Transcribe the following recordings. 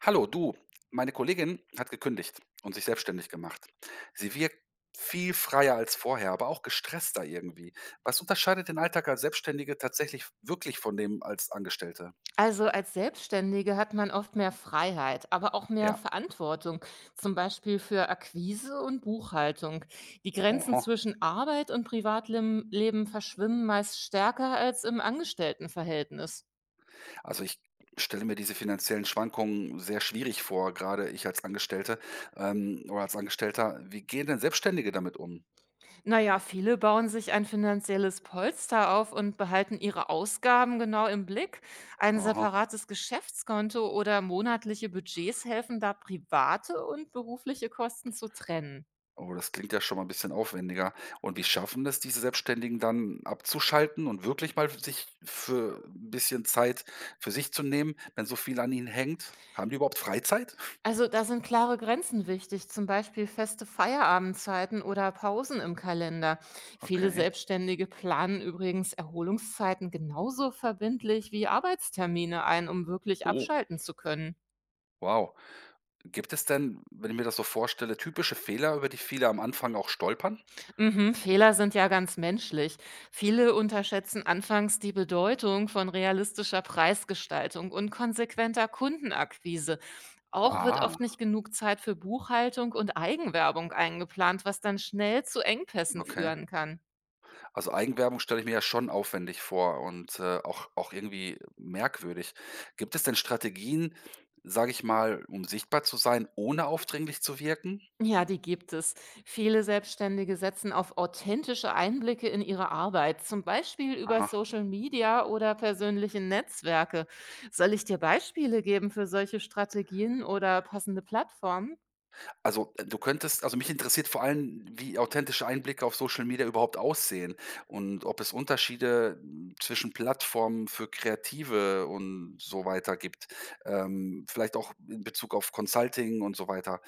Hallo, du. Meine Kollegin hat gekündigt und sich selbstständig gemacht. Sie wirkt viel freier als vorher, aber auch gestresster irgendwie. Was unterscheidet den Alltag als Selbstständige tatsächlich wirklich von dem als Angestellte? Also als Selbstständige hat man oft mehr Freiheit, aber auch mehr Ja, Verantwortung, zum Beispiel für Akquise und Buchhaltung. Die Grenzen aha. zwischen Arbeit und Privatleben Leben verschwimmen meist stärker als im Angestelltenverhältnis. Also ich stelle mir diese finanziellen Schwankungen sehr schwierig vor, gerade ich als Angestellte oder als Angestellter. Wie gehen denn Selbstständige damit um? Naja, viele bauen sich ein finanzielles Polster auf und behalten ihre Ausgaben genau im Blick. Ein Aha. separates Geschäftskonto oder monatliche Budgets helfen da, private und berufliche Kosten zu trennen. Oh, das klingt ja schon mal ein bisschen aufwendiger. Und wie schaffen das diese Selbstständigen dann abzuschalten und wirklich mal sich für ein bisschen Zeit für sich zu nehmen, wenn so viel an ihnen hängt? Haben die überhaupt Freizeit? Also da sind klare Grenzen wichtig, zum Beispiel feste Feierabendzeiten oder Pausen im Kalender. Viele Okay. Selbstständige planen übrigens Erholungszeiten genauso verbindlich wie Arbeitstermine ein, um wirklich Oh, abschalten zu können. wow. Gibt es denn, wenn ich mir das so vorstelle, typische Fehler, über die viele am Anfang auch stolpern? Mhm, Fehler sind ja ganz menschlich. Viele unterschätzen anfangs die Bedeutung von realistischer Preisgestaltung und konsequenter Kundenakquise. Auch wird Ah, oft nicht genug Zeit für Buchhaltung und Eigenwerbung eingeplant, was dann schnell zu Engpässen okay. führen kann. Also, Eigenwerbung stelle ich mir ja schon aufwendig vor und, auch irgendwie merkwürdig. Gibt es denn Strategien, sage ich mal, um sichtbar zu sein, ohne aufdringlich zu wirken? Ja, die gibt es. Viele Selbstständige setzen auf authentische Einblicke in ihre Arbeit, zum Beispiel über Aha. Social Media oder persönliche Netzwerke. Soll ich dir Beispiele geben für solche Strategien oder passende Plattformen? Also, du könntest also, mich interessiert vor allem, wie authentische Einblicke auf Social Media überhaupt aussehen und ob es Unterschiede, zwischen Plattformen für Kreative und so weiter gibt. Vielleicht auch in Bezug auf Consulting und so weiter.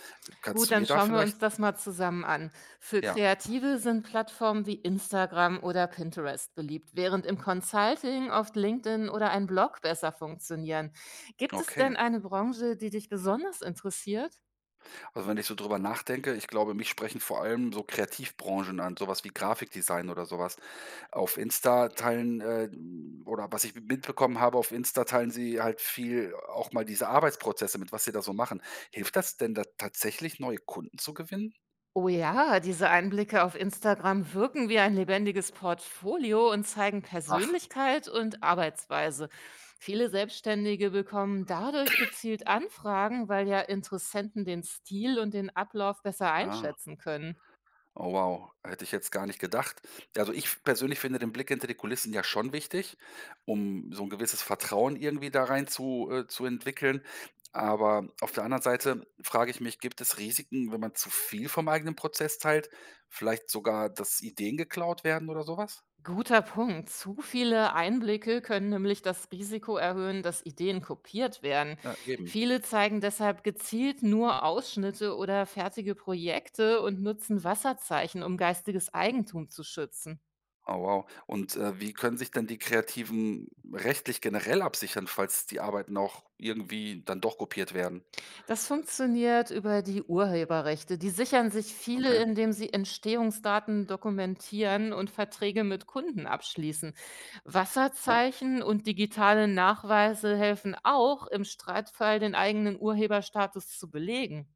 Kannst Gut, du dann mir da schauen wir vielleicht uns das mal zusammen an. Für ja, Kreative sind Plattformen wie Instagram oder Pinterest beliebt, während im Consulting oft LinkedIn oder ein Blog besser funktionieren. Gibt es okay. denn eine Branche, die dich besonders interessiert? Also, wenn ich so drüber nachdenke, ich glaube, mich sprechen vor allem so Kreativbranchen an, sowas wie Grafikdesign oder sowas. Auf Insta teilen, oder was ich mitbekommen habe, auf Insta teilen sie halt viel auch mal diese Arbeitsprozesse mit, was sie da so machen. Hilft das denn da tatsächlich, neue Kunden zu gewinnen? Oh ja, diese Einblicke auf Instagram wirken wie ein lebendiges Portfolio und zeigen Ach, Persönlichkeit und Arbeitsweise. Viele Selbstständige bekommen dadurch gezielt Anfragen, weil ja Interessenten den Stil und den Ablauf besser ah. einschätzen können. Oh wow, hätte ich jetzt gar nicht gedacht. Also, ich persönlich finde den Blick hinter die Kulissen ja schon wichtig, um so ein gewisses Vertrauen irgendwie da rein zu entwickeln. Aber auf der anderen Seite frage ich mich, gibt es Risiken, wenn man zu viel vom eigenen Prozess teilt? Vielleicht sogar, dass Ideen geklaut werden oder sowas? Guter Punkt. Zu viele Einblicke können nämlich das Risiko erhöhen, dass Ideen kopiert werden. Ja, eben. Viele zeigen deshalb gezielt nur Ausschnitte oder fertige Projekte und nutzen Wasserzeichen, um geistiges Eigentum zu schützen. Oh wow. Und, wie können sich denn die Kreativen rechtlich generell absichern, falls die Arbeiten auch irgendwie dann doch kopiert werden? Das funktioniert über die Urheberrechte. Die sichern sich viele, Okay, indem sie Entstehungsdaten dokumentieren und Verträge mit Kunden abschließen. ja. Wasserzeichen und digitale Nachweise helfen auch, im Streitfall den eigenen Urheberstatus zu belegen.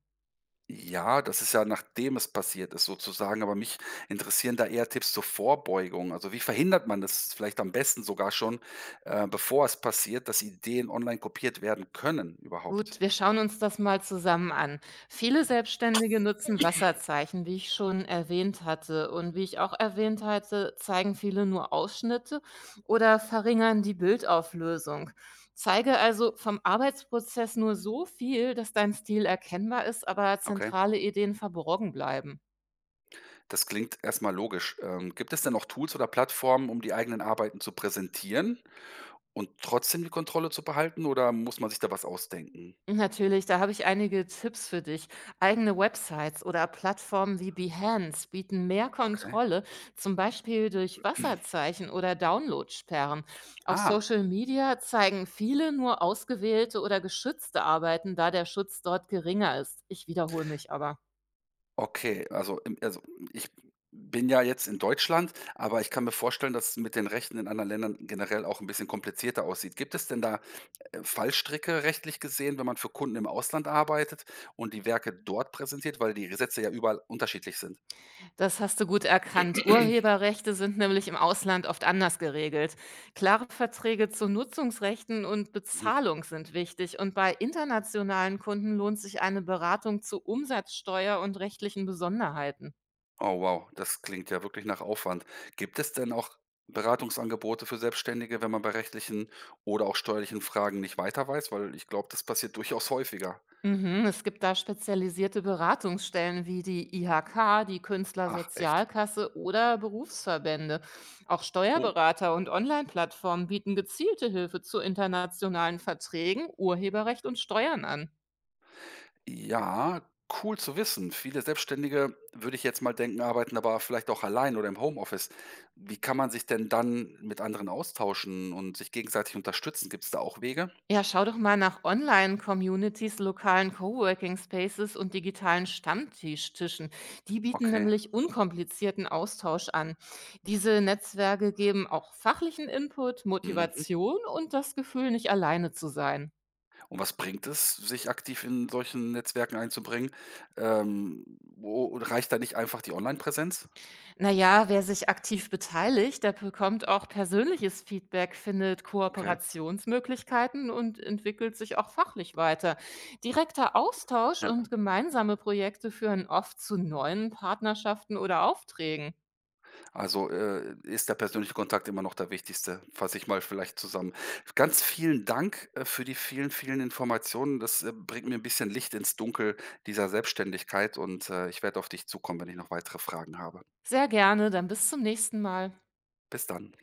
Ja, das ist ja nachdem es passiert ist sozusagen, aber mich interessieren da eher Tipps zur Vorbeugung. Also, wie verhindert man das vielleicht am besten sogar schon, bevor es passiert, dass Ideen online kopiert werden können überhaupt? Gut, wir schauen uns das mal zusammen an. Viele Selbstständige nutzen Wasserzeichen, wie ich schon erwähnt hatte. Und wie ich auch erwähnt hatte, zeigen viele nur Ausschnitte oder verringern die Bildauflösung. Zeige also vom Arbeitsprozess nur so viel, dass dein Stil erkennbar ist, aber Okay, zentrale Ideen verborgen bleiben. das klingt erstmal logisch. Gibt es denn noch Tools oder Plattformen, um die eigenen Arbeiten zu präsentieren und trotzdem die Kontrolle zu behalten oder muss man sich da was ausdenken? Natürlich, da habe ich einige Tipps für dich. Eigene Websites oder Plattformen wie Behance bieten mehr Okay. Kontrolle, zum Beispiel durch Wasserzeichen oder Downloadsperren. Auf Ah. Social Media zeigen viele nur ausgewählte oder geschützte Arbeiten, da der Schutz dort geringer ist. Ich wiederhole mich aber. Okay, also, ich bin ja jetzt in Deutschland, aber ich kann mir vorstellen, dass es mit den Rechten in anderen Ländern generell auch ein bisschen komplizierter aussieht. Gibt es denn da, Fallstricke rechtlich gesehen, wenn man für Kunden im Ausland arbeitet und die Werke dort präsentiert, weil die Gesetze ja überall unterschiedlich sind? Das hast du gut erkannt. Urheberrechte sind nämlich im Ausland oft anders geregelt. Klare Verträge zu Nutzungsrechten und Mhm. Bezahlung sind wichtig. Und bei internationalen Kunden lohnt sich eine Beratung zu Umsatzsteuer und rechtlichen Besonderheiten. Oh wow, das klingt ja wirklich nach Aufwand. Gibt es denn auch Beratungsangebote für Selbstständige, wenn man bei rechtlichen oder auch steuerlichen Fragen nicht weiter weiß? Weil ich glaube, das passiert durchaus häufiger. Mhm, es gibt da spezialisierte Beratungsstellen wie die IHK, die Ach, echt? Künstlersozialkasse oder Berufsverbände. Auch Oh. Steuerberater und Online-Plattformen bieten gezielte Hilfe zu internationalen Verträgen, Urheberrecht und Steuern an. Ja, cool zu wissen. Viele Selbstständige, würde ich jetzt mal denken, arbeiten aber vielleicht auch allein oder im Homeoffice. Wie kann man sich denn dann mit anderen austauschen und sich gegenseitig unterstützen? Gibt es da auch Wege? Ja, schau doch mal nach Online-Communities, lokalen Coworking Spaces und digitalen Stammtischtischen. Die bieten Okay. nämlich unkomplizierten Austausch an. Diese Netzwerke geben auch fachlichen Input, Mhm. Motivation und das Gefühl, nicht alleine zu sein. Und was bringt es, sich aktiv in solchen Netzwerken einzubringen? Wo reicht da nicht einfach die Onlinepräsenz? Na ja, wer sich aktiv beteiligt, der bekommt auch persönliches Feedback, findet Mhm. Okay, Kooperationsmöglichkeiten und entwickelt sich auch fachlich weiter. Direkter Austausch ja. und gemeinsame Projekte führen oft zu neuen Partnerschaften oder Aufträgen. Also, ist der persönliche Kontakt immer noch der wichtigste, fasse ich mal vielleicht zusammen. Ganz vielen Dank, für die vielen, vielen Informationen. Das, bringt mir ein bisschen Licht ins Dunkel dieser Selbstständigkeit und, ich werde auf dich zukommen, wenn ich noch weitere Fragen habe. Sehr gerne, dann bis zum nächsten Mal. Bis dann.